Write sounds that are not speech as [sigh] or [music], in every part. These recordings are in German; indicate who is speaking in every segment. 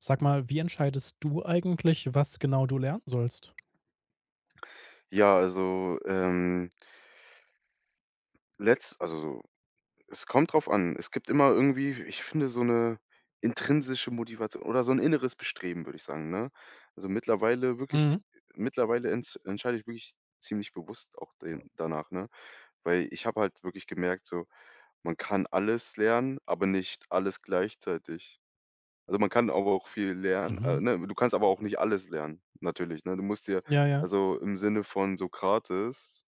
Speaker 1: Sag mal, wie entscheidest du eigentlich, was genau du lernen sollst?
Speaker 2: Ja, also, letzt also so es kommt drauf an. Es gibt immer irgendwie, ich finde, so eine intrinsische Motivation oder so ein inneres Bestreben, würde ich sagen, ne? Also, mittlerweile wirklich
Speaker 1: Mhm.
Speaker 2: mittlerweile ents entscheide ich wirklich ziemlich bewusst auch den danach, ne? Weil ich habe halt wirklich gemerkt, so, man kann alles lernen, aber nicht alles gleichzeitig. Also, man kann aber auch viel lernen,
Speaker 1: Mhm.
Speaker 2: ne? Du kannst aber auch nicht alles lernen, natürlich, ne? Du musst dir
Speaker 1: Ja, ja.
Speaker 2: also, im Sinne von Sokrates: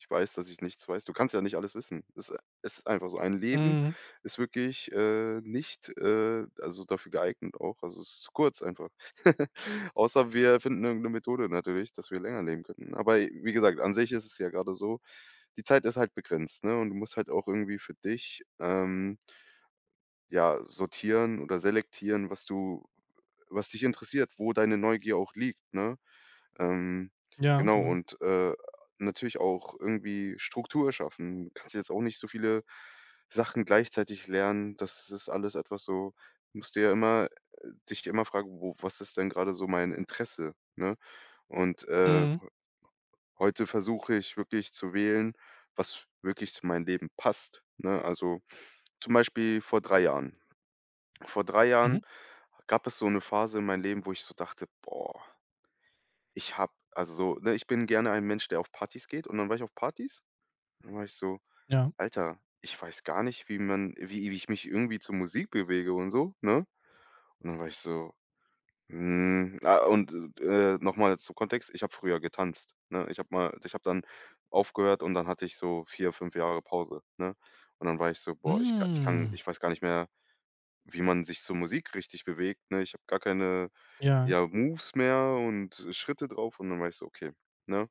Speaker 2: „Ich weiß, dass ich nichts weiß.“ Du kannst ja nicht alles wissen. Es ist einfach so. Ein Leben
Speaker 1: Mhm.
Speaker 2: ist wirklich nicht also, dafür geeignet auch. Also, es ist zu kurz einfach. [laughs] Außer wir finden irgendeine Methode natürlich, dass wir länger leben könnten. Aber wie gesagt, an sich ist es ja gerade so, die Zeit ist halt begrenzt, ne? Und du musst halt auch irgendwie für dich, ja, sortieren oder selektieren, was dich interessiert, wo deine Neugier auch liegt, ne? Ähm,
Speaker 1: Ja,
Speaker 2: genau
Speaker 1: genau.
Speaker 2: und natürlich auch irgendwie Struktur schaffen. Du kannst jetzt auch nicht so viele Sachen gleichzeitig lernen. Das ist alles etwas so musst dir ja immer dich immer fragen: „Wo was ist denn gerade so mein Interesse?“, ne? Und, äh,
Speaker 1: Mhm.
Speaker 2: Heute versuche ich wirklich zu wählen, was wirklich zu meinem Leben passt, ne? Also, zum Beispiel vor 3 Jahren
Speaker 1: Mhm.
Speaker 2: gab es so eine Phase in meinem Leben, wo ich so dachte: „Boah, ich habe“ also so, ne, ich bin gerne ein Mensch, der auf Partys geht und dann war ich so:
Speaker 1: Ja.
Speaker 2: „Alter, ich weiß gar nicht, wie man wie wie ich mich irgendwie zur Musik bewege und so“, ne? Und dann war ich so: „Hm“ ah, und noch zum Kontext, ich habe früher getanzt, ne? Ich habe dann aufgehört und dann hatte ich so 4, 5 Jahre Pause, ne? Und dann war ich so: „Boah,
Speaker 1: Hm.
Speaker 2: ich weiß gar nicht mehr, wie man sich zur Musik richtig bewegt“, ne? Ich habe gar keine
Speaker 1: Ja,
Speaker 2: Ja, Moves mehr und Schritte drauf und dann weißt du, okay, ne?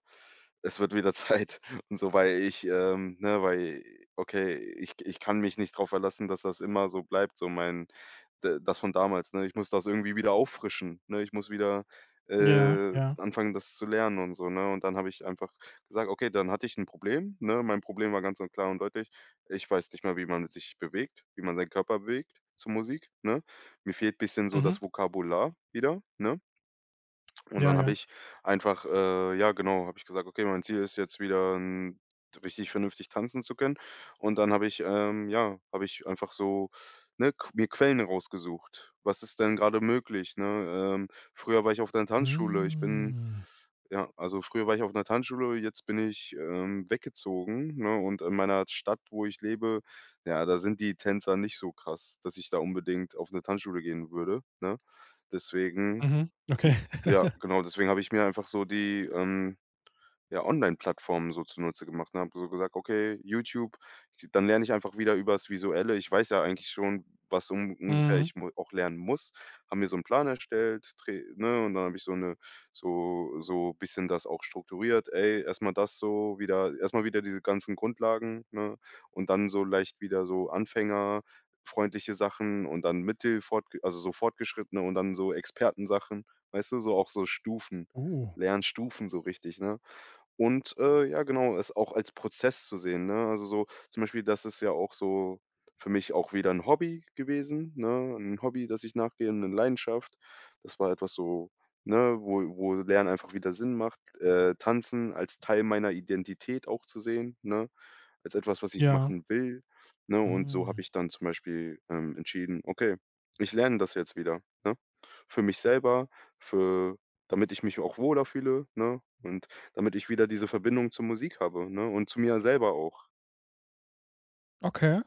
Speaker 2: Es wird wieder Zeit [laughs] und so, weil ich, ne, weil okay, ich kann mich nicht darauf verlassen, dass das immer so bleibt, so mein d das von damals, ne? Ich muss das irgendwie wieder auffrischen, ne? Ich muss wieder,
Speaker 1: ja,
Speaker 2: äh,
Speaker 1: ja.
Speaker 2: anfangen, das zu lernen und so, ne? Und dann habe ich einfach gesagt: „Okay, dann hatte ich ein Problem“, ne? Mein Problem war ganz und klar und deutlich: Ich weiß nicht mehr, wie man sich bewegt, wie man seinen Körper bewegt zur Musik, ne? Mir fehlt ein bisschen so
Speaker 1: Mhm.
Speaker 2: das Vokabular wieder, ne? Und
Speaker 1: Ja,
Speaker 2: dann habe
Speaker 1: ja.
Speaker 2: ich einfach ja genau, habe ich gesagt: „Okay, mein Ziel ist jetzt wieder, hm, richtig vernünftig tanzen zu können.“ Und dann habe ich, ja, habe ich einfach so, ne, Q mir Quellen rausgesucht. Was ist denn gerade möglich, ne? Ähm, Früher war ich auf einer Tanzschule. Ich bin
Speaker 1: Hm.
Speaker 2: Ja, also früher war ich auf einer Tanzschule, jetzt bin ich, weggezogen, ne? Und in meiner Stadt, wo ich lebe, ja, da sind die Tänzer nicht so krass, dass ich da unbedingt auf eine Tanzschule gehen würde, ne? Deswegen
Speaker 1: Mhm. Okay.
Speaker 2: Ja,
Speaker 1: [laughs]
Speaker 2: genau, deswegen habe ich mir einfach so die, ja, Online-Plattformen so zunutze gemacht und habe so gesagt: „Okay, YouTube, dann lerne ich einfach wieder übers Visuelle. Ich weiß ja eigentlich schon, was un ungefähr
Speaker 1: Mhm.
Speaker 2: ich mu auch lernen muss.“ Haben mir so einen Plan erstellt, tre ne, und dann habe ich so eine so bisschen das auch strukturiert: „Ey, erstmal wieder diese ganzen Grundlagen, ne, und dann so leicht wieder so anfängerfreundliche Sachen und dann mittel fortge also so fortgeschrittene und dann so Expertensachen.“ Weißt du, so auch so Stufen,
Speaker 1: Uh.
Speaker 2: Lernstufen so richtig, ne? Und, ja genau, es auch als Prozess zu sehen, ne? Also, so zum Beispiel, das ist ja auch so für mich auch wieder ein Hobby gewesen, ne? Ein Hobby, das ich nachgehe, eine Leidenschaft. Das war etwas so, ne, wo Lernen einfach wieder Sinn macht, Tanzen als Teil meiner Identität auch zu sehen, ne? Als etwas, was ich
Speaker 1: Ja.
Speaker 2: machen will, ne? Und so habe
Speaker 1: Mhm.
Speaker 2: ich dann zum Beispiel, entschieden: „Okay, ich lerne das jetzt wieder“, ne? Für mich selber, für damit ich mich auch wohler fühle, ne? Und damit ich wieder diese Verbindung zur Musik habe, ne? Und zu mir selber auch.
Speaker 1: Okay.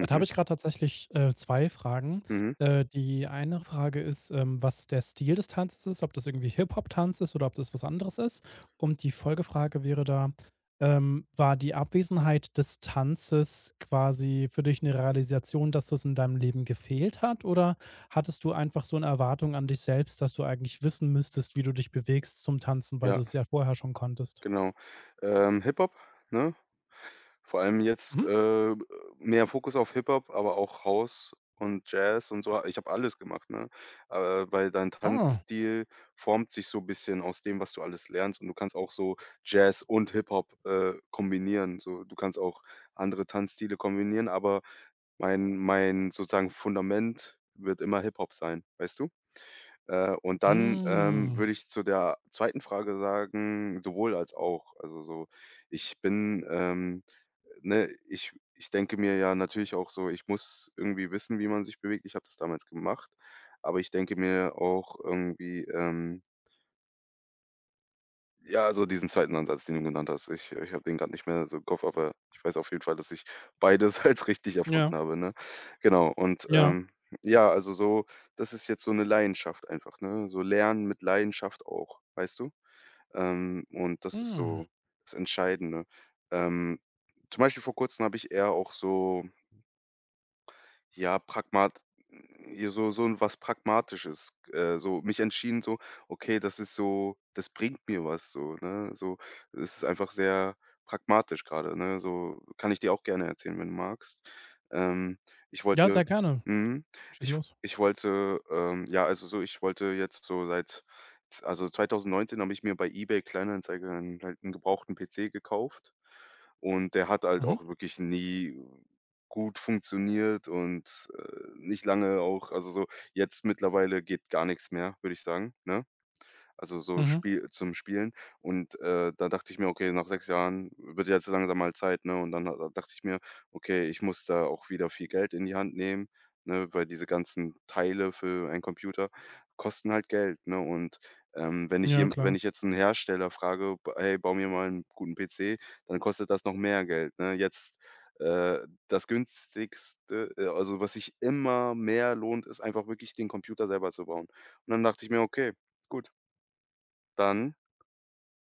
Speaker 1: Da habe ich gerade tatsächlich, 2 Fragen.
Speaker 2: mhm,
Speaker 1: Die eine Frage ist, was der Stil des Tanzes ist, ob das irgendwie Hip-Hop-Tanz ist oder ob das was anderes ist. Und die Folgefrage wäre da, war die Abwesenheit des Tanzes quasi für dich eine Realisation, dass das in deinem Leben gefehlt hat? Oder hattest du einfach so eine Erwartung an dich selbst, dass du eigentlich wissen müsstest, wie du dich bewegst zum Tanzen, weil du
Speaker 2: ja.
Speaker 1: es ja vorher schon konntest?
Speaker 2: Genau. Hip-Hop, ne? Vor allem jetzt,
Speaker 1: Mhm.
Speaker 2: mehr Fokus auf Hip-Hop, aber auch House und Jazz und so. Ich habe alles gemacht, ne? Weil dein
Speaker 1: Ah.
Speaker 2: Tanzstil formt sich so ein bisschen aus dem, was du alles lernst und du kannst auch so Jazz und Hip-Hop, kombinieren. So, du kannst auch andere Tanzstile kombinieren, aber mein sozusagen Fundament wird immer Hip-Hop sein, weißt du? Und dann
Speaker 1: Hm.
Speaker 2: würde ich zu der zweiten Frage sagen, sowohl als auch. Also, so, ich bin, ne, ich denke mir ja natürlich auch so, ich muss irgendwie wissen, wie man sich bewegt. Ich habe das damals gemacht, aber ich denke mir auch irgendwie, ja, also diesen zweiten Ansatz, den du genannt hast. Ich habe den gerade nicht mehr so im Kopf, aber ich weiß auf jeden Fall, dass ich beides [laughs] als richtig
Speaker 1: Ja,
Speaker 2: erfunden habe, ne? Genau und,
Speaker 1: ja.
Speaker 2: ja, also so das ist jetzt so eine Leidenschaft einfach, ne? So Lernen mit Leidenschaft auch, weißt du? Und das ist
Speaker 1: Hm.
Speaker 2: so das Entscheidende. Ähm, Zum Beispiel vor Kurzem habe ich eher auch so ja, pragmat ja, so 'n was Pragmatisches, so mich entschieden so: „Okay, das ist so das bringt mir was so“, ne? So, es ist einfach sehr pragmatisch grade, ne? So, kann ich dir auch gerne erzählen, wenn du magst. Ähm, Ich
Speaker 1: Ja,
Speaker 2: wollte
Speaker 1: sehr gerne.
Speaker 2: mhm,
Speaker 1: Schieß
Speaker 2: ich
Speaker 1: los.
Speaker 2: ich wollte, ja, also so ich wollte jetzt so seit z also 2019 habe ich mir bei eBay Kleinanzeigen halt 'n gebrauchten PC gekauft und der hat halt
Speaker 1: Mhm,
Speaker 2: auch wirklich nie gut funktioniert und, nicht lange auch also so jetzt mittlerweile geht gar nichts mehr, würde ich sagen, ne? Also so
Speaker 1: mhm.
Speaker 2: Spiel zum Spielen. Und, da dachte ich mir: „Okay, nach 6 Jahren wird jetzt langsam mal Zeit“, ne? Und dann ha dachte ich mir: „Okay, ich muss da auch wieder viel Geld in die Hand nehmen“, ne, weil diese ganzen Teile für einen Computer kosten halt Geld, ne? Und, wenn ich
Speaker 1: Ja,
Speaker 2: jem wenn
Speaker 1: klar.
Speaker 2: ich jetzt einen Hersteller frage: „B hey, bau mir mal einen guten PC“, dann kostet das noch mehr Geld, ne? Jetzt, äh, das Günstigste, also was sich immer mehr lohnt, ist einfach wirklich den Computer selber zu bauen. Und dann dachte ich mir: „Okay, gut.“ Dann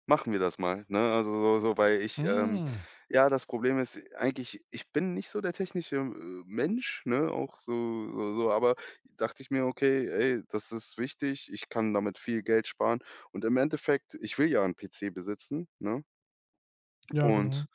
Speaker 2: machen wir das mal, ne? Also, so, weil ich
Speaker 1: Mhm.
Speaker 2: ja, das Problem ist eigentlich, ich bin nicht so der technische, Mensch, ne, auch so, aber dachte ich mir: „Okay, ey, das ist wichtig, ich kann damit viel Geld sparen.“ Und im Endeffekt, ich will ja 'n PC besitzen, ne?
Speaker 1: Ja, genau.
Speaker 2: Und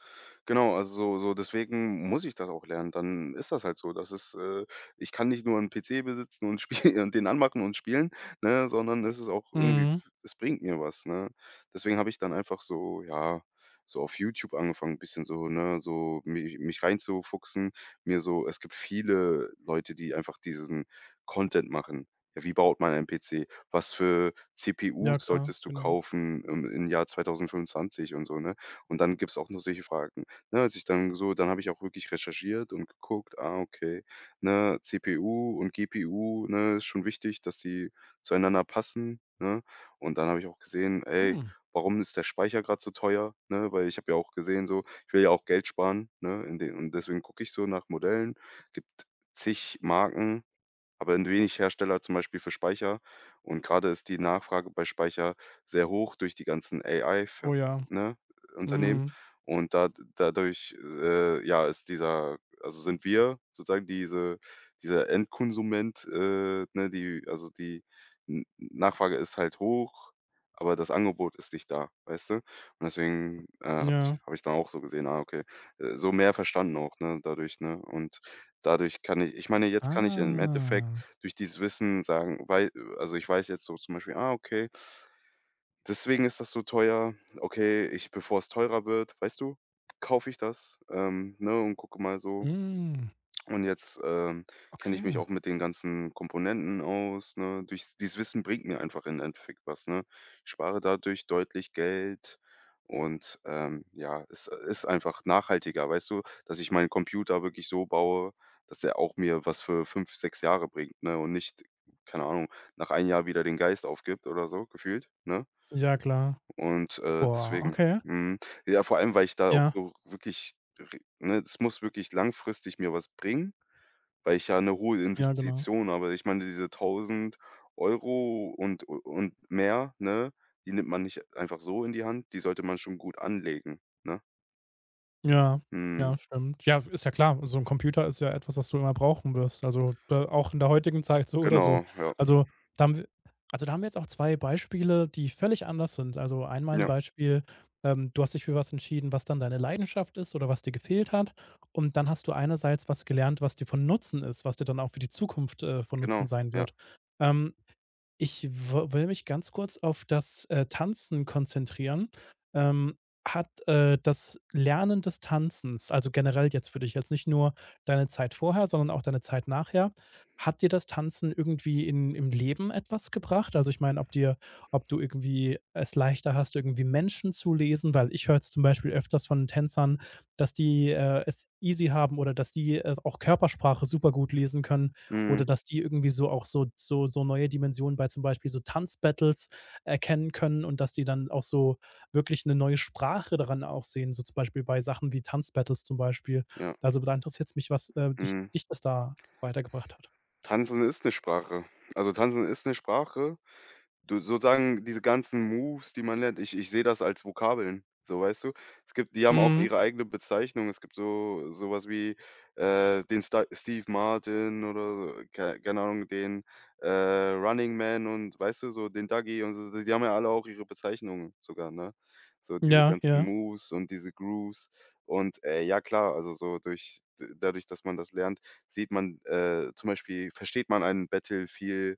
Speaker 2: Genau, also so deswegen muss ich das auch lernen. Dann ist das halt so. Das ist ich kann nicht nur 'n PC besitzen und [laughs] spielen und den anmachen und spielen, ne, sondern es ist auch irgendwie
Speaker 1: Mhm.
Speaker 2: es bringt mir was, ne? Deswegen habe ich dann einfach so, ja, so auf YouTube angefangen, ein bisschen so, ne, so mich reinzufuchsen. Mir so es gibt viele Leute, die einfach diesen Content machen. Ja, wie baut man einen PC? Was für
Speaker 1: Ja,
Speaker 2: CPUs
Speaker 1: klar,
Speaker 2: solltest du
Speaker 1: genau.
Speaker 2: kaufen im Jahr 2025 und so, ne? Und dann gibt's auch noch solche Fragen. Ne, als ich dann so dann habe ich auch wirklich recherchiert und geguckt, ah, okay, ne, CPU und GPU, ne, ist schon wichtig, dass die zueinander passen, ne? Und dann habe ich auch gesehen, ey,
Speaker 1: Mhm.
Speaker 2: warum ist der Speicher gerade so teuer, ne? Weil ich habe ja auch gesehen so, ich will ja auch Geld sparen, ne, in den und deswegen gucke ich so nach Modellen. Gibt zig Marken, aber n wenig Hersteller zum Beispiel für Speicher und gerade ist die Nachfrage bei Speicher sehr hoch durch die ganzen AI Fi
Speaker 1: Oh ja.
Speaker 2: ne, Unternehmen
Speaker 1: Mhm.
Speaker 2: und da dadurch, ja, ist dieser also sind wir sozusagen diese dieser Endkonsument, ne, die also die N Nachfrage ist halt hoch, aber das Angebot ist nicht da, weißt du? Und deswegen, habe ich
Speaker 1: Ja.
Speaker 2: habe ich dann auch so gesehen, ah, okay, so mehr verstanden auch, ne, dadurch, ne? Und dadurch kann ich ich meine, jetzt kann ich im Endeffekt
Speaker 1: Ah.
Speaker 2: durch dieses Wissen sagen, weil also ich weiß jetzt so zum Beispiel: „Ah, okay, deswegen ist das so teuer. Okay, ich bevor es teurer wird, weißt du, kaufe ich das, ne, und gucke mal so“
Speaker 1: Mhm.
Speaker 2: und jetzt, kenne ich mich
Speaker 1: Okay.
Speaker 2: auch mit den ganzen Komponenten aus, ne? Durch dieses Wissen bringt mir einfach in Endeffekt was, ne? Ich spare dadurch deutlich Geld und, ja, es ist einfach nachhaltiger, weißt du, dass ich meinen Computer wirklich so baue, dass er auch mir was für 5 6 Jahre bringt, ne? Und nicht, keine Ahnung, nach 1 Jahr wieder den Geist aufgibt oder so gefühlt, ne?
Speaker 1: Ja, klar.
Speaker 2: Und,
Speaker 1: Boah,
Speaker 2: deswegen
Speaker 1: okay.
Speaker 2: mhm. Ja, vor allem, weil ich da auch
Speaker 1: Ja,
Speaker 2: so wirklich, r ne, es muss wirklich langfristig mir was bringen, weil ich ja eine hohe
Speaker 1: ja, genau.
Speaker 2: Investition habe. Ich meine, diese 1.000 Euro und mehr, ne, die nimmt man nicht einfach so in die Hand, die sollte man schon gut anlegen, ne?
Speaker 1: Ja,
Speaker 2: Mhm,
Speaker 1: ja, stimmt. Ja, ist ja klar. So 'n Computer ist ja etwas, was du immer brauchen wirst. Also, da auch in der heutigen Zeit so oder so.
Speaker 2: genau, ja.
Speaker 1: Also, da haben wir jetzt auch 2 Beispiele, die völlig anders sind. Also, einmal 'n
Speaker 2: Ja,
Speaker 1: Beispiel, du hast dich für was entschieden, was dann deine Leidenschaft ist oder was dir gefehlt hat. Und dann hast du einerseits was gelernt, was dir von Nutzen ist, was dir dann auch für die Zukunft, von Nutzen
Speaker 2: genau,
Speaker 1: sein
Speaker 2: ja.
Speaker 1: wird. Ähm ich wo will mich ganz kurz auf das, Tanzen konzentrieren. Ähm, hat, das Lernen des Tanzens, also generell jetzt für dich, jetzt nicht nur deine Zeit vorher, sondern auch deine Zeit nachher, hat dir das Tanzen irgendwie in im Leben etwas gebracht? Also, ich meine, ob dir ob du irgendwie es leichter hast, irgendwie Menschen zu lesen, weil ich höre jetzt zum Beispiel öfters von Tänzern, dass die, es easy haben oder dass die, auch Körpersprache super gut lesen können. Oder
Speaker 2: Mhm,
Speaker 1: dass die irgendwie so auch so neue Dimensionen bei zum Beispiel so Tanzbattles erkennen können und dass die dann auch so wirklich eine neue Sprache daran auch sehen, so zum Beispiel bei Sachen wie Tanzbattles zum Beispiel.
Speaker 2: ja,
Speaker 1: Also, da interessiert's mich, was, dich
Speaker 2: mhm.
Speaker 1: dich das da weitergebracht hat.
Speaker 2: Tanzen ist eine Sprache. Also, Tanzen ist eine Sprache. Du sozusagen diese ganzen Moves, die man lernt, ich sehe das als Vokabeln, so, weißt du? Es gibt, die haben auch
Speaker 1: Mhm.
Speaker 2: ihre eigene Bezeichnung. Es gibt so sowas wie, den Sta Steve Martin oder keine Ahnung, den, Running Man und weißt du, so den Dougie und so. Die haben ja alle auch ihre Bezeichnungen sogar, ne? So diese
Speaker 1: Ja,
Speaker 2: ganzen
Speaker 1: ja.
Speaker 2: Moves und diese Grooves und, ja klar, also so durch d dadurch, dass man das lernt, sieht man, zum Beispiel versteht man einen Battle viel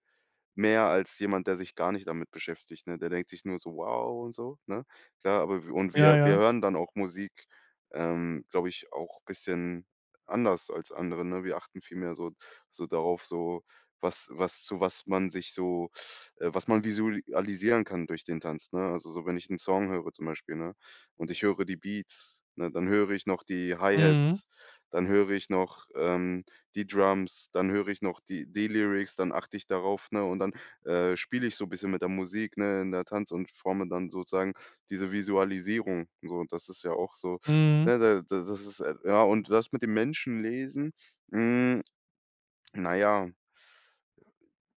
Speaker 2: mehr als jemand, der sich gar nicht damit beschäftigt, ne? Der denkt sich nur so: „Wow“ und so, ne? Klar, aber w und
Speaker 1: Ja,
Speaker 2: wir
Speaker 1: ja.
Speaker 2: hören dann auch Musik, glaube ich, auch bisschen anders als andere, ne? Wir achten viel mehr so so darauf, so was man sich so was man visualisieren kann durch den Tanz, ne? Also, so wenn ich 'n Song höre zum Beispiel, ne, und ich höre die Beats, ne, dann höre ich noch die
Speaker 1: Mhm.
Speaker 2: Hi-Hats, dann höre ich noch, die Drums, dann höre ich noch die Lyrics, dann achte ich darauf, ne, und dann, spiele ich so ein bisschen mit der Musik, ne, in der Tanz und forme dann sozusagen diese Visualisierung. So, das ist ja auch so,
Speaker 1: Mhm.
Speaker 2: ne, da das ist, ja, und das mit dem Menschen lesen, na ja,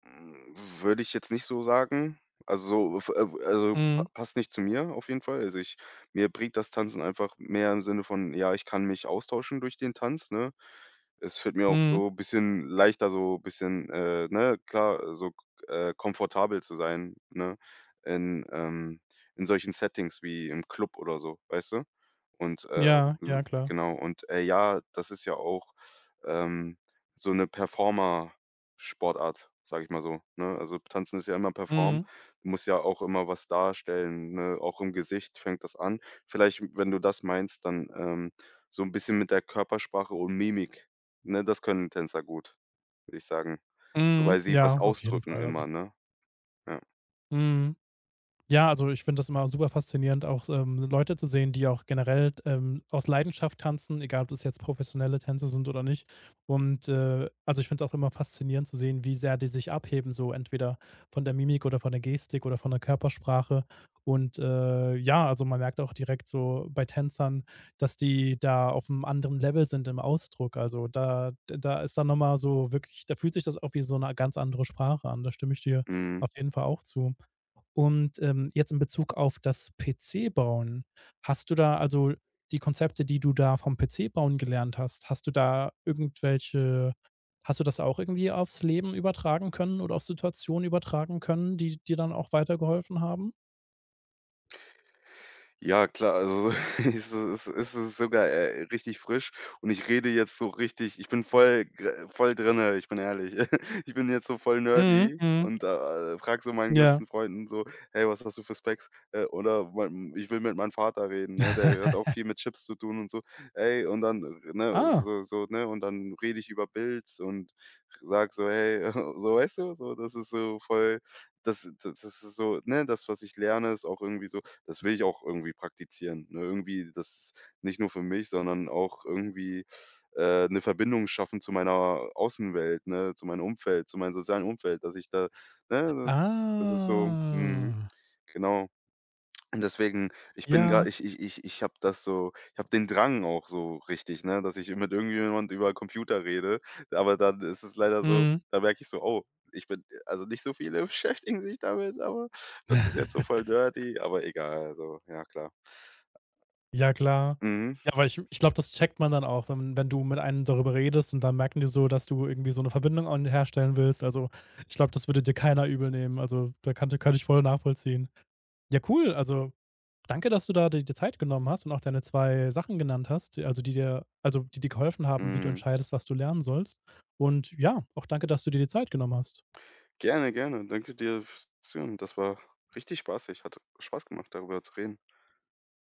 Speaker 2: hm, würde ich jetzt nicht so sagen. Also, f also, pa
Speaker 1: Mhm.
Speaker 2: passt nicht zu mir auf jeden Fall. Also, ich mir bringt das Tanzen einfach mehr im Sinne von, ja, ich kann mich austauschen durch den Tanz, ne? Es fällt mir auch
Speaker 1: Mhm.
Speaker 2: so ein bisschen leichter, so ein bisschen, ne, klar, so, komfortabel zu sein, ne, in, ähm in solchen Settings wie im Club oder so, weißt du? Und,
Speaker 1: Ja,
Speaker 2: l
Speaker 1: ja, klar.
Speaker 2: genau, und, ja, das ist ja auch, ähm, so eine Performer Sportart, sage ich mal so, ne? Also, Tanzen ist ja immer performen.
Speaker 1: Mhm.
Speaker 2: Du musst ja auch immer was darstellen, ne? Auch im Gesicht fängt das an. Vielleicht, wenn du das meinst, dann, so 'n bisschen mit der Körpersprache und Mimik, ne? Das können Tänzer gut, würde ich sagen. Wobei
Speaker 1: Mhm.
Speaker 2: sie was
Speaker 1: Ja, auf jeden
Speaker 2: ausdrücken
Speaker 1: Fall, also
Speaker 2: immer, ne? Ja.
Speaker 1: mhm. Ja, also ich finde das immer super faszinierend, auch, Leute zu sehen, die auch generell, aus Leidenschaft tanzen, egal ob das jetzt professionelle Tänze sind oder nicht. Und, also ich finde es auch immer faszinierend zu sehen, wie sehr die sich abheben, so entweder von der Mimik oder von der Gestik oder von der Körpersprache. Und, ja, also man merkt auch direkt so bei Tänzern, dass die da auf einem anderen Level sind im Ausdruck. Also da ist dann noch mal so wirklich da fühlt sich das auch wie so eine ganz andere Sprache an. Da stimme ich dir
Speaker 2: Mhm.
Speaker 1: auf jeden Fall auch zu. Und, jetzt in Bezug auf das PC-Bauen, hast du da also die Konzepte, die du da vom PC-Bauen gelernt hast, hast du da irgendwelche hast du das auch irgendwie aufs Leben übertragen können oder auf Situationen übertragen können, die dir dann auch weitergeholfen haben?
Speaker 2: Ja, klar, also [laughs] es ist sogar, richtig frisch und ich rede jetzt so richtig, ich bin voll gr voll drinne, ich bin ehrlich. [laughs] Ich bin jetzt so voll
Speaker 1: Mhm,
Speaker 2: nerdy
Speaker 1: mhm,
Speaker 2: und, frage so meinen
Speaker 1: ja.
Speaker 2: ganzen Freunden so: „Hey, was hast du für Specs?“ Oder mein ich will mit meinem Vater reden, ne? Der hat auch viel mit Chips zu tun und so. Ey, und dann, ne,
Speaker 1: Ah.
Speaker 2: so so, ne, und dann rede ich über Builds und sag so: „Hey“ [laughs] so, weißt du? So, das ist so voll, das ist so, ne, das, was ich lerne, ist auch irgendwie so, das will ich auch irgendwie praktizieren, ne? Irgendwie das nicht nur für mich, sondern auch irgendwie, 'ne Verbindung schaffen zu meiner Außenwelt, ne, zu meinem Umfeld, zu meinem sozialen Umfeld, dass ich da ne, das ist so mhm,
Speaker 1: Ah.
Speaker 2: genau. Und deswegen, ich bin gerade,
Speaker 1: Ja.
Speaker 2: ich habe das so, ich habe den Drang auch so richtig, ne, dass ich mit irgendjemand über Computer rede, aber dann ist es leider so,
Speaker 1: Mhm.
Speaker 2: da merke ich so: „Oh, ich bin, also nicht so viele [laughs] beschäftigen sich damit, aber das ist jetzt so voll dirty“, aber egal, also, ja klar.
Speaker 1: Ja klar.
Speaker 2: Mhm,
Speaker 1: Ja, weil ich ich glaube, das checkt man dann auch, wenn wenn du mit einem darüber redest und dann merken die so, dass du irgendwie so eine Verbindung an herstellen willst. Also, ich glaube, das würde dir keiner übel nehmen. Also, da kannte kann ich voll nachvollziehen. Ja, cool. Also, danke, dass du da dir die Zeit genommen hast und auch deine 2 Sachen genannt hast, die- also, die dir geholfen haben, wie du
Speaker 2: mhm.
Speaker 1: entscheidest, was du lernen sollst. Und ja, auch danke, dass du dir die Zeit genommen hast.
Speaker 2: Gerne, gerne. Danke dir fürs Zuhören. Das war richtig spaßig. Hat Spaß gemacht, darüber zu reden.